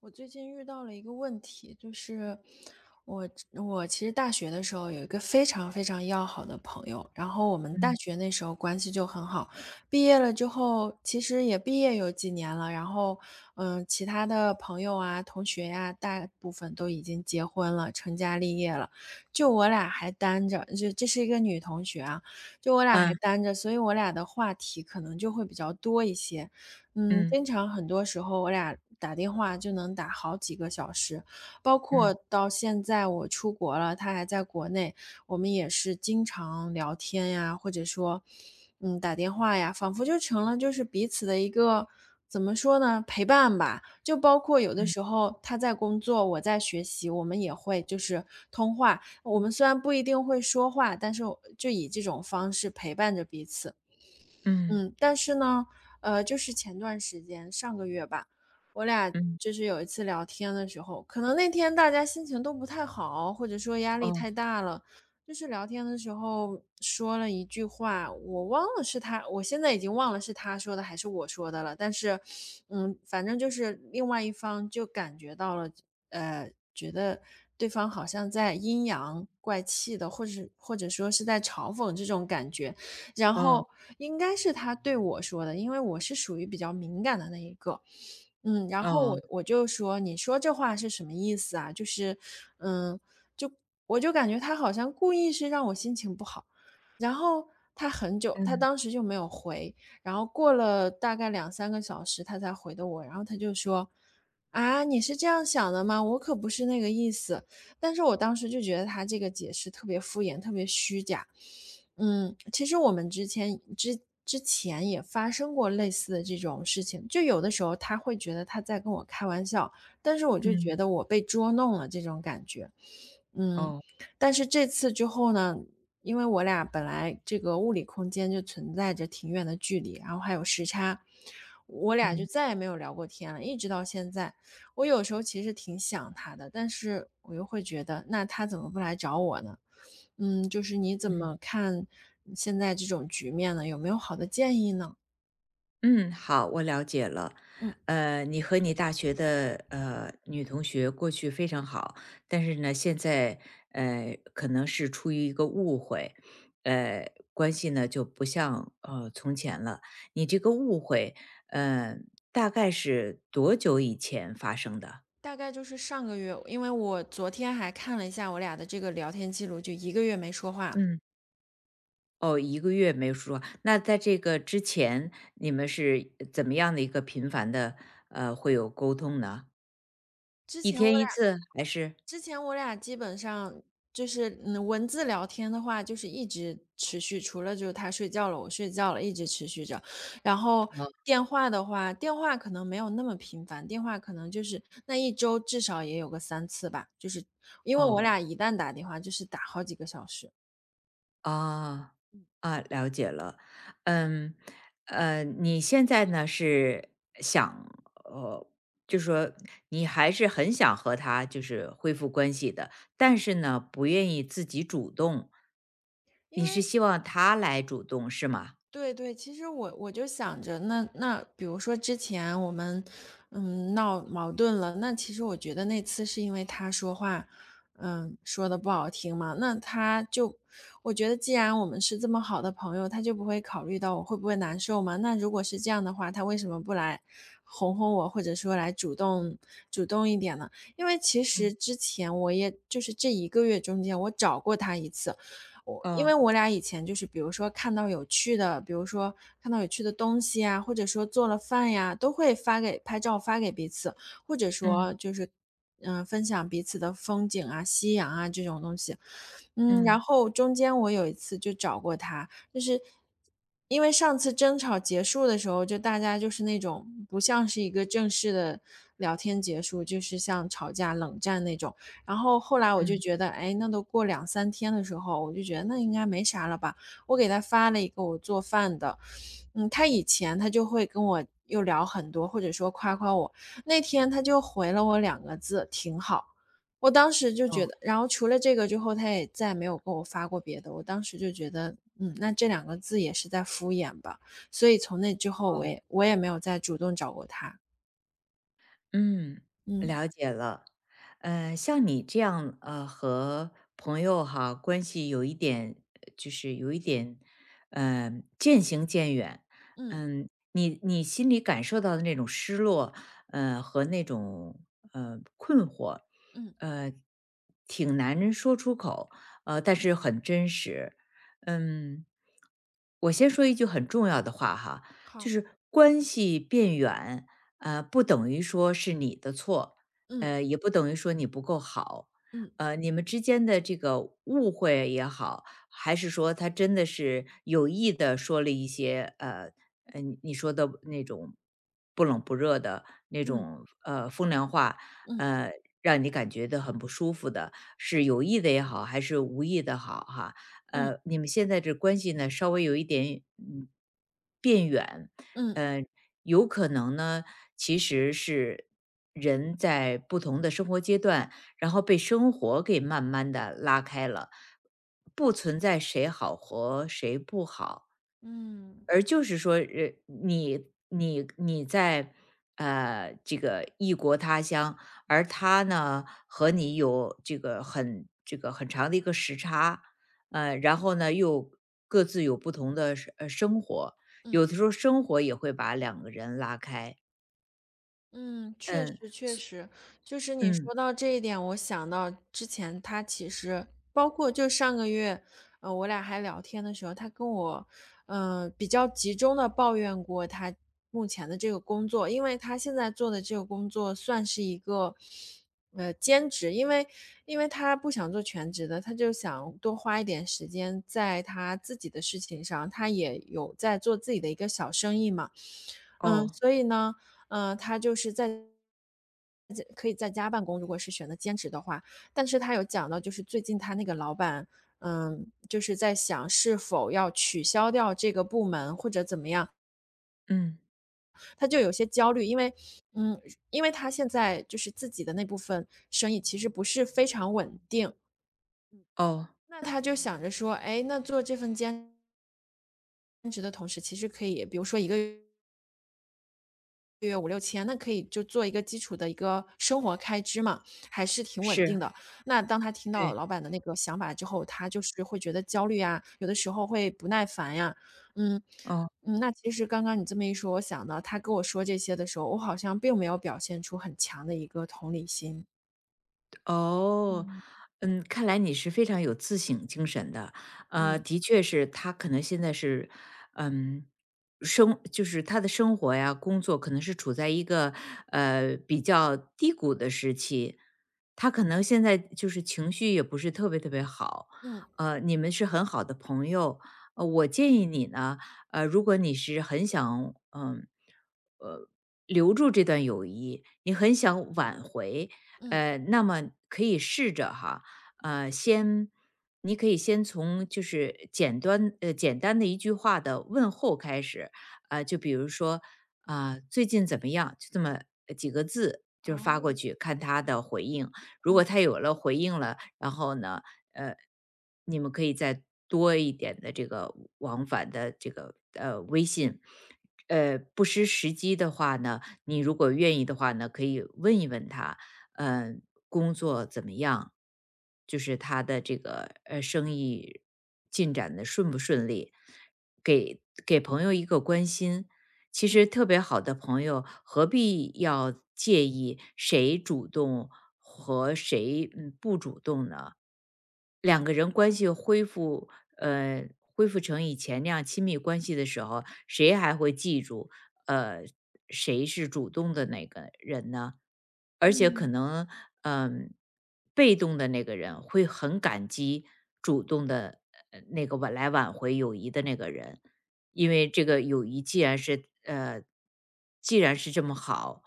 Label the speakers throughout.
Speaker 1: 我最近遇到了一个问题，就是我我其实大学的时候有一个非常非常要好的朋友，然后我们大
Speaker 2: 嗯，
Speaker 1: 学那时候关系就很好，毕业了之后其实也毕业有几年了，然后其他的朋友啊、同学呀、大部分都已经结婚了、成家立业了，就我俩还单着，就这是一个女同学啊，就我俩还
Speaker 2: 啊，
Speaker 1: 单着，所以我俩的话题可能就会比较多一些。嗯，
Speaker 2: 嗯，
Speaker 1: 经常很多时候我俩打电话就能打好几个小时，包
Speaker 2: 嗯，
Speaker 1: 括到现在我出国了，他还在国内，我们也是经常聊天呀，或者说，打电话呀，仿佛就成了就是彼此的一个怎么说呢，陪伴吧。就包括有的
Speaker 2: 嗯，
Speaker 1: 时候他在工作，我在学习，我们也会就是通话。我们虽然不一定会说话，但是就以这种方式陪伴着彼此。
Speaker 2: 嗯，
Speaker 1: 嗯，但是呢，就是前段时间，上个月吧，我俩
Speaker 2: 嗯，
Speaker 1: 就是有一次聊天的时候，可能那天大家心情都不太好，或者说压力
Speaker 2: 哦，
Speaker 1: 太大了，就是聊天的时候说了一句话，我忘了是他，我现在已经忘了是他说的还是我说的了，但是，嗯，反正就是另外一方就感觉到了，觉得对方好像在阴阳怪气的，或者说是在嘲讽这种感觉。然
Speaker 2: 哦，
Speaker 1: 后应该是他对我说的，因为我是属于比较敏感的那一个。嗯，然后
Speaker 2: 哦，
Speaker 1: 我就说：“你说这话是什么意思啊？”就是，嗯，就我就感觉他好像故意是让我心情不好。然后他很久，他
Speaker 2: 嗯，
Speaker 1: 当时就没有回，然后过了大概两三个小时他才回的我，然后他就说：“啊，你是这样想的吗？我可不是那个意思。”但是我当时就觉得他这个解释特别敷衍，特别虚假。嗯，其实我们之前也发生过类似的这种事情，就有的时候他会觉得他在跟我开玩笑，但是我就
Speaker 2: 嗯，
Speaker 1: 觉得我被捉弄了这种感觉。嗯，
Speaker 2: 哦，
Speaker 1: 但是这次之后呢，因为我俩本来这个物理空间就存在着挺远的距离，然后还有时差，我俩就
Speaker 2: 嗯，
Speaker 1: 再也没有聊过天了，一直到现在。我有时候其实挺想他的，但是我又会觉得，那他怎么不来找我呢？嗯，就是你怎
Speaker 2: 嗯，
Speaker 1: 么看现在这种局面呢？有没有好的建议呢？
Speaker 2: 嗯，好，我了解了。
Speaker 1: 嗯，
Speaker 2: 你和你大学的女同学过去非常好，但是呢，现在可能是出于一个误会，关系呢就不像从前了。你这个误会，呃，大概是多久以前发生的？
Speaker 1: 大概就是上个月，因为我昨天还看了一下我俩的这个聊天记录，就一个月没说话。
Speaker 2: 嗯。哦，一个月没说。那在这个之前，你们是怎么样的一个频繁的会有沟通呢，
Speaker 1: 之
Speaker 2: 一
Speaker 1: 前我
Speaker 2: 天一
Speaker 1: 俩。
Speaker 2: 次还是？
Speaker 1: 之前我俩基本上就是，嗯，文字聊天的话，就是一直持续，除了就是他睡觉了，我睡觉了，一直持续着。然后
Speaker 2: 哦。
Speaker 1: 电话的话，电话可能没有那么频繁，电话可能就是那一周至少也有个三次吧，就是因为我
Speaker 2: 哦，
Speaker 1: 俩一旦打电话就是打好几个小时。
Speaker 2: 哦，啊，了解了。嗯，你现在呢是想呃，就说你还是很想和他就是恢复关系的，但是呢，不愿意自己主动。
Speaker 1: 因
Speaker 2: 你是
Speaker 1: 为
Speaker 2: 希望他来主动是吗？
Speaker 1: 对对，其实我就想着，那比如说之前我们闹矛盾了，那其实我觉得那次是因为他说话，说的不好听嘛，那他就我觉得既然我们是这么好的朋友，他就不会考虑到我会不会难受嘛。那如果是这样的话，他为什么不来哄哄我，或者说来主动一点呢？因为其实
Speaker 2: 嗯。
Speaker 1: 之前我也就是这一个月中间，我找过他一次，我因
Speaker 2: 哦，
Speaker 1: 为我俩以前就是比如说看到有趣的，比如说看到有趣的东西啊，或者说做了饭呀，都会发给拍照发给彼此，或者
Speaker 2: 嗯，
Speaker 1: 说就是，分享彼此的风景啊、夕阳啊这种东西。嗯，
Speaker 2: 嗯。
Speaker 1: 然后中间我有一次就找过他，就是因为上次争吵结束的时候，就大家就是那种不像是一个正式的聊天结束，就是像吵架冷战那种。然后后来我就
Speaker 2: 嗯，
Speaker 1: 觉得，哎，那都过两三天的时候，我就觉得那应该没啥了吧。我给他发了一个我做饭的，嗯，他以前他就会跟我又聊很多，或者说夸夸我。那天他就回了我两个字，挺好。我当时就觉
Speaker 2: 哦
Speaker 1: 得然后除了这个之后，他也再没有给我发过别的，我当时就觉得，嗯，那这两个字也是在敷衍吧，所以从那之后，我
Speaker 2: 哦，
Speaker 1: 也我也没有再主动找过他。
Speaker 2: 嗯，
Speaker 1: 嗯，
Speaker 2: 了解了。像你这样，和朋友哈关系有一点，就是有一点，呃，渐行渐远。
Speaker 1: 嗯，
Speaker 2: 嗯，你心里感受到的那种失落，和那种困惑，
Speaker 1: 嗯，
Speaker 2: 呃，挺难说出口，但是很真实。嗯，我先说一句很重要的话哈，就
Speaker 1: 好，
Speaker 2: 是关系变远，不等于说是你的错，
Speaker 1: 嗯，
Speaker 2: 也不等于说你不够好，
Speaker 1: 嗯，
Speaker 2: 你们之间的这个误会也好，还是说他真的是有意的说了一些你说的那种不冷不热的那
Speaker 1: 嗯，
Speaker 2: 种风凉话，
Speaker 1: 嗯，
Speaker 2: 呃，让你感觉到很不舒服的，是有意的也好，还是无意的好哈，
Speaker 1: 嗯，
Speaker 2: 你们现在这关系呢稍微有一点变远，
Speaker 1: 嗯，
Speaker 2: 呃，有可能呢其实是人在不同的生活阶段，然后被生活给慢慢的拉开了，不存在谁好和谁不好，
Speaker 1: 嗯，
Speaker 2: 而就是说，你在这个异国他乡，而他呢和你有这个很长的一个时差，然后呢又各自有不同的生活，
Speaker 1: 嗯。
Speaker 2: 有的时候生活也会把两个人拉开。
Speaker 1: 嗯，确
Speaker 2: 嗯
Speaker 1: 实确实，就是你
Speaker 2: 嗯，
Speaker 1: 说到这一点，我想到之前他其实包括就上个月，我俩还聊天的时候，他跟我，嗯，比较集中的抱怨过他目前的这个工作，因为他现在做的这个工作算是一个，兼职，因为因为他不想做全职的，他就想多花一点时间在他自己的事情上，他也有在做自己的一个小生意嘛。嗯，
Speaker 2: 哦，
Speaker 1: 所以呢，嗯，他就是在在可以在家办公，如果是选择兼职的话，但是他有讲到，就是最近他那个老板，嗯，就是在想是否要取消掉这个部门或者怎么样，
Speaker 2: 嗯
Speaker 1: 他就有些焦虑，因为，嗯，因为他现在就是自己的那部分生意其实不是非常稳定，
Speaker 2: 哦，
Speaker 1: 那他就想着说，哎，那做这份兼职的同时，其实可以，比如说一个个月五六千，那可以就做一个基础的一个生活开支嘛，还是挺稳定
Speaker 2: 是，
Speaker 1: 的。那当他听到
Speaker 2: 对，
Speaker 1: 老板的那个想法之后，他就是会觉得焦虑啊，有的时候会不耐烦呀。嗯，
Speaker 2: 哦。
Speaker 1: 嗯，那其实刚刚你这么一说，我想到他跟我说这些的时候，我好像并没有表现出很强的一个同理心。
Speaker 2: 哦，
Speaker 1: 嗯。
Speaker 2: 嗯，看来你是非常有自省精神的。
Speaker 1: 嗯，
Speaker 2: 的确是他可能现在是，嗯，就是他的生活呀、工作可能是处在一个比较低谷的时期，他可能现在就是情绪也不是特别特别好。
Speaker 1: 嗯，
Speaker 2: 你们是很好的朋友，我建议你呢，如果你是很想，呃，留住这段友谊，你很想挽回。
Speaker 1: 嗯，
Speaker 2: 那么可以试着哈，呃，先你可以先从就是简单的一句话的问候开始，啊、就比如说啊、最近怎么样？就这么几个字，就是发过
Speaker 1: 哦，
Speaker 2: 去看他的回应。如
Speaker 1: 嗯
Speaker 2: 果他有了回应了，然后呢，呃，你们可以再多一点的这个往返的这个微信。不失时机的话呢，你如果愿意的话呢，可以问一问他，嗯，工作怎么样，就是他的这个生意进展的顺不顺利，给朋友一个关心。其实特别好的朋友，何必要介意谁主动和谁不主动呢？两个人关系恢复，恢复成以前那样亲密关系的时候，谁还会记住，呃，谁是主动的那个人呢？而且可
Speaker 1: 嗯，
Speaker 2: 能，嗯，被动的那个人会很感激主动的那个挽回友谊的那个人，因为这个友谊既然是这么好，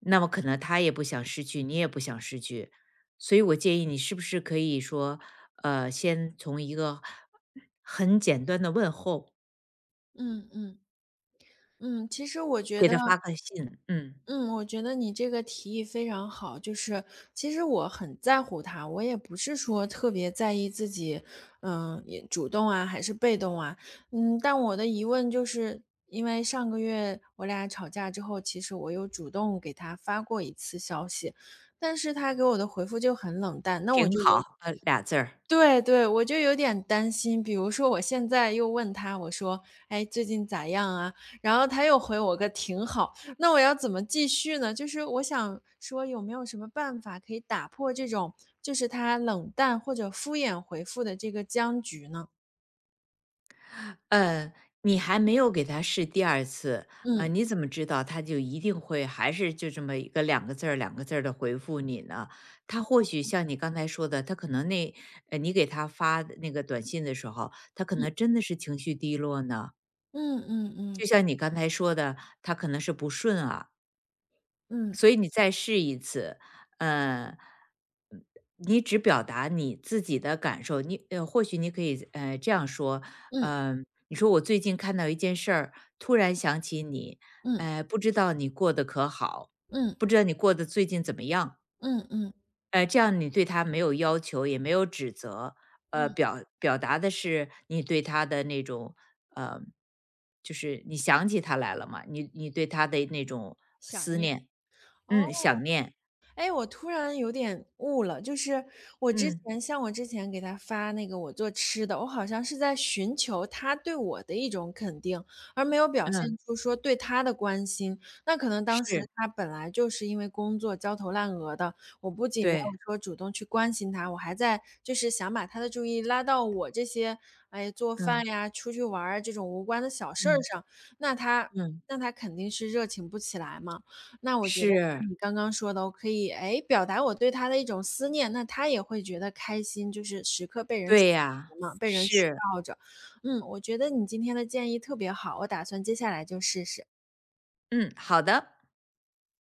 Speaker 2: 那么可能他也不想失去，你也不想失去，所以我建议你是不是可以说，先从一个很简单的问候
Speaker 1: 嗯，嗯，嗯。其实我觉
Speaker 2: 给
Speaker 1: 得
Speaker 2: 他发个信，嗯，
Speaker 1: 嗯，我觉得你这个提议非常好。就是其实我很在乎他，我也不是说特别在意自己，嗯、也主动啊还是被动啊。嗯，但我的疑问就是，因为上个月我俩吵架之后，其实我有主动给他发过一次消息，但是他给我的回复就很冷淡，那我
Speaker 2: 挺
Speaker 1: 就有
Speaker 2: 好，俩字儿。
Speaker 1: 对对，我就有点担心，比如说我现在又问他，我说：“哎，最近咋样啊？”然后他又回我个“挺好”，那我要怎么继续呢？就是我想说有没有什么办法可以打破这种就是他冷淡或者敷衍回复的这个僵局呢？
Speaker 2: 呃，你还没有给他试第二次，
Speaker 1: 嗯，
Speaker 2: 你怎么知道他就一定会还是就这么一个两个字儿、两个字儿的回复你呢？他或许像你刚才说的，他可能那你给他发的那个短信的时候，他可
Speaker 1: 嗯，
Speaker 2: 能真的是情绪低落呢，
Speaker 1: 嗯嗯嗯，
Speaker 2: 就像你刚才说的，他可能是不顺啊。
Speaker 1: 嗯，
Speaker 2: 所以你再试一次，呃，嗯你只表达你自己的感受，或许你可以这样说，
Speaker 1: 嗯，
Speaker 2: 你说我最近看到一件事儿，突然想起你，
Speaker 1: 嗯，
Speaker 2: 不知道你过得可好，
Speaker 1: 嗯，
Speaker 2: 不知道你过得最近怎么样，
Speaker 1: 嗯，嗯，
Speaker 2: 这样你对他没有要求，也没有指责，
Speaker 1: 嗯，
Speaker 2: 表达的是你对他的那种，呃，就是你想起他来了嘛，你对他的那种
Speaker 1: 想
Speaker 2: 思
Speaker 1: 念，
Speaker 2: 念，
Speaker 1: 哦。
Speaker 2: 想念，
Speaker 1: 哎，我突然有点悟了，就是我之
Speaker 2: 嗯
Speaker 1: 前像我之前给他发那个我做吃的，我好像是在寻求他对我的一种肯定，而没有表现
Speaker 2: 嗯，
Speaker 1: 出说对他的关心。那可能当时
Speaker 2: 是，
Speaker 1: 他本来就是因为工作焦头烂额的，我不仅没
Speaker 2: 对，
Speaker 1: 有说主动去关心他，我还在就是想把他的注意拉到我这些，哎，做饭
Speaker 2: 嗯
Speaker 1: 呀、出去玩儿啊这种无关的小事儿
Speaker 2: 嗯
Speaker 1: 上，那他
Speaker 2: 嗯，
Speaker 1: 那他肯定是热情不起来嘛。那我觉得
Speaker 2: 是，
Speaker 1: 像你刚刚说的，我可以，哎，表达我对他的一种思念，那他也会觉得开心，就是时刻被人想
Speaker 2: 对呀，
Speaker 1: 着嘛，被人需
Speaker 2: 是，
Speaker 1: 要着。嗯，我觉得你今天的建议特别好，我打算接下来就试试。
Speaker 2: 嗯，好的。